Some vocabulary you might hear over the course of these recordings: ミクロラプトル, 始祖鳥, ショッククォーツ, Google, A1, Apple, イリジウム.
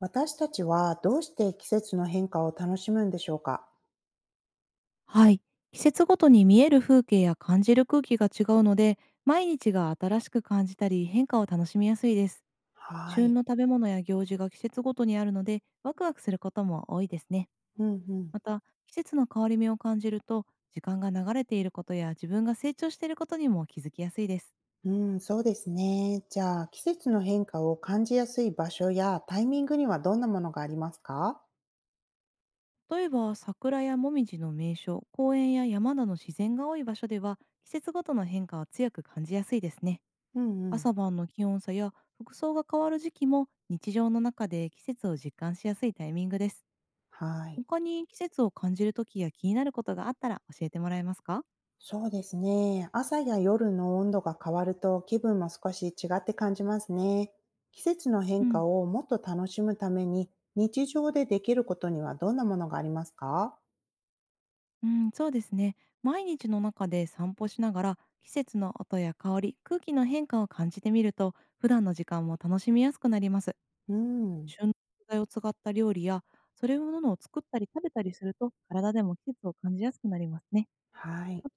私たちはどうして季節の変化を楽しむんでしょうか。はい。季節ごとに見える風景や感じる空気が違うので、毎日が新しく感じたり変化を楽しみやすいです。は旬い。の食べ物や行事が季節ごとにあるので、ワクワクすることも多いですね。うんうん。また、季節の変わり目を感じると、時間が流れていることや自分が成長していることにも気づきやすいです。うん、そうですね。じゃあ、季節の変化を感じやすい場所やタイミングにはどんなものがありますか。例えば、桜やもみじの名所、公園や山などの自然が多い場所では、季節ごとの変化を強く感じやすいですね。うんうん。朝晩の気温差や服装が変わる時期も日常の中で季節を実感しやすいタイミングです。はい。他に季節を感じる時や気になることがあったら教えてもらえますか？そうですね。朝や夜の温度が変わると気分も少し違って感じますね。季節のう変ん、化をもっと楽しむために日常でできることにはどんなものがありますか。うん、そうですね。毎日の中で散歩しながら季節の音や香り、空気の変化を感じてみると普段の時間も楽しみやすくなります。うん。旬の食材を使った料理やそれものを作ったり食べたりすると体でも季節を感じやすくなりますね。はい。あと、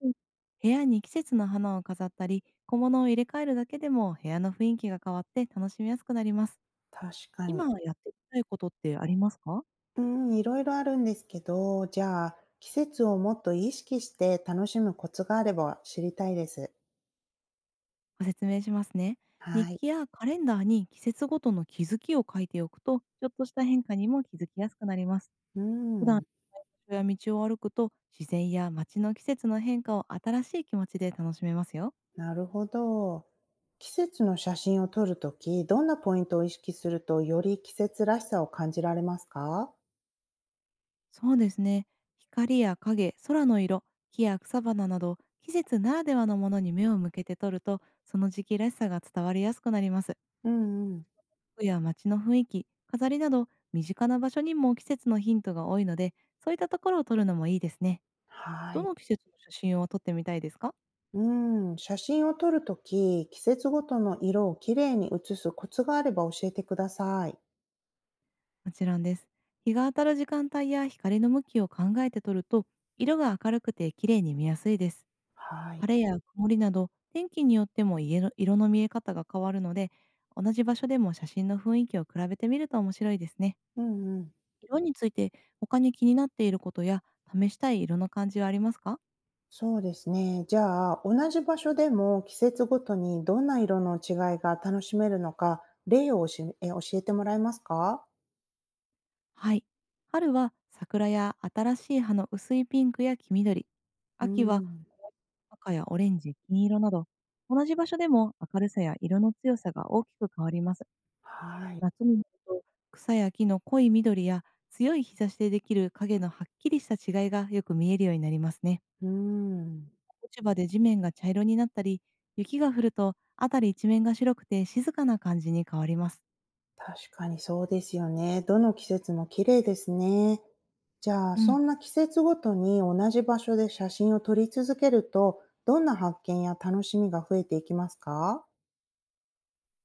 部屋に季節の花を飾ったり、小物を入れ替えるだけでも部屋の雰囲気が変わって楽しみやすくなります。確か今に。やってみたいことってありますか？うん、いろいろあるんですけど、じゃあ、季節をもっと意識して楽しむコツがあれば知りたいです。ご説明しますね。日はい。記やカレンダーに季節ごとの気づきを書いておくと、ちょっとした変化にも気づきやすくなります。う普段、ん、場所や道を歩くと、自然や街の季節の変化を新しい気持ちで楽しめますよ。なるほど。季節の写真を撮るとき、どんなポイントを意識すると、より季節らしさを感じられますか？そうですね。光や影、空の色、木や草花など季節ならではのものに目を向けて撮ると、その時期らしさが伝わりやすくなります。うんうん。服や街の雰囲気、飾りなど身近な場所にも季節のヒントが多いので、そういったところを撮るのもいいですね。はどい。の季節の写真を撮ってみたいですか？うん、写真を撮るとき、季節ごとの色をきれいに写すコツがあれば教えてください。もちろんです。日が当たる時間帯や光の向きを考えて撮ると、色が明るくて綺麗に見やすいです。はい。晴れや曇りなど、天気によっても家の色の見え方が変わるので、同じ場所でも写真の雰囲気を比べてみると面白いですね。うんうん。色について他に気になっていることや試したい色の感じはありますか？そうですね。じゃあ、同じ場所でも季節ごとにどんな色の違いが楽しめるのか、例をおしえ教えてもらえますか。はい。春は桜や新しい葉の薄いピンクや黄緑。う秋はん。赤やオレンジ、金色など、同じ場所でも明るさや色の強さが大きく変わります。はい。夏になると、草や木の濃い緑や強い日差しでできる影のはっきりした違いがよく見えるようになりますね。うん。落ち葉で地面が茶色になったり、雪が降ると辺り一面が白くて静かな感じに変わります。確かにそうですよね。どの季節も綺麗ですね。じゃあ、うそん。んな季節ごとに同じ場所で写真を撮り続けると、どんな発見や楽しみが増えていきますか。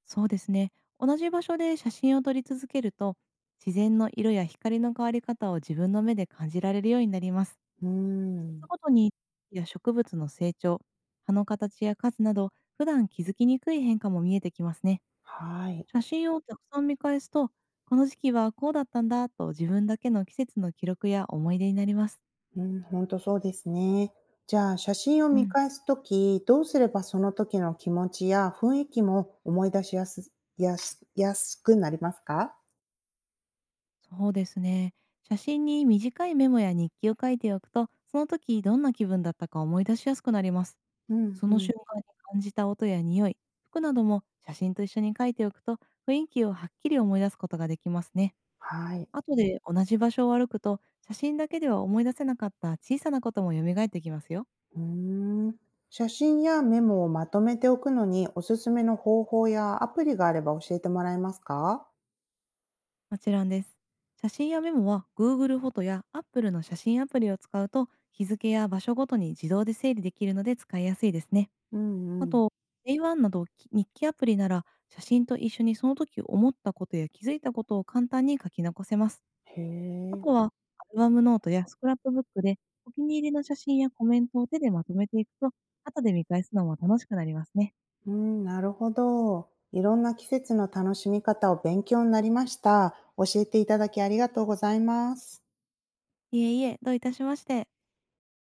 そうですね。同じ場所で写真を撮り続けると、自然の色や光の変わり方を自分の目で感じられるようになります。う季節ん。ごとに木や植物の成長、葉の形や数など、普段気づきにくい変化も見えてきますね。はい。写真をたくさん見返すと、この時期はこうだったんだと自分だけの季節の記録や思い出になります。うん、ほんとそうですね。じゃあ、写真をう見ん。返すとき、どうすればその時の気持ちや雰囲気も思い出しやすくなりますか？そうですね。写真に短いメモや日記を書いておくと、その時どんな気分だったか思い出しやすくなります。うんそうのん。瞬間に感じた音や匂い、服なども写真と一緒に書いておくと、雰囲気をはっきり思い出すことができますね。はい。後で同じ場所を歩くと、写真だけでは思い出せなかった小さなことも蘇ってきますよ。うーん。写真やメモをまとめておくのに、おすすめの方法やアプリがあれば教えてもらえますか？もちろんです。写真やメモは Google フォトや Apple の写真アプリを使うと日付や場所ごとに自動で整理できるので使いやすいですね。うあんうん。と、A1 などき日記アプリなら写真と一緒にその時思ったことや気づいたことを簡単に書き残せます。へあえ。とは、アルバムノートやスクラップブックでお気に入りの写真やコメントを手でまとめていくと後で見返すのも楽しくなりますね。うん、なるほど。いろんな季節の楽しみ方を勉強になりました。教えていただきありがとうございます。いえいえ、どういたしまして。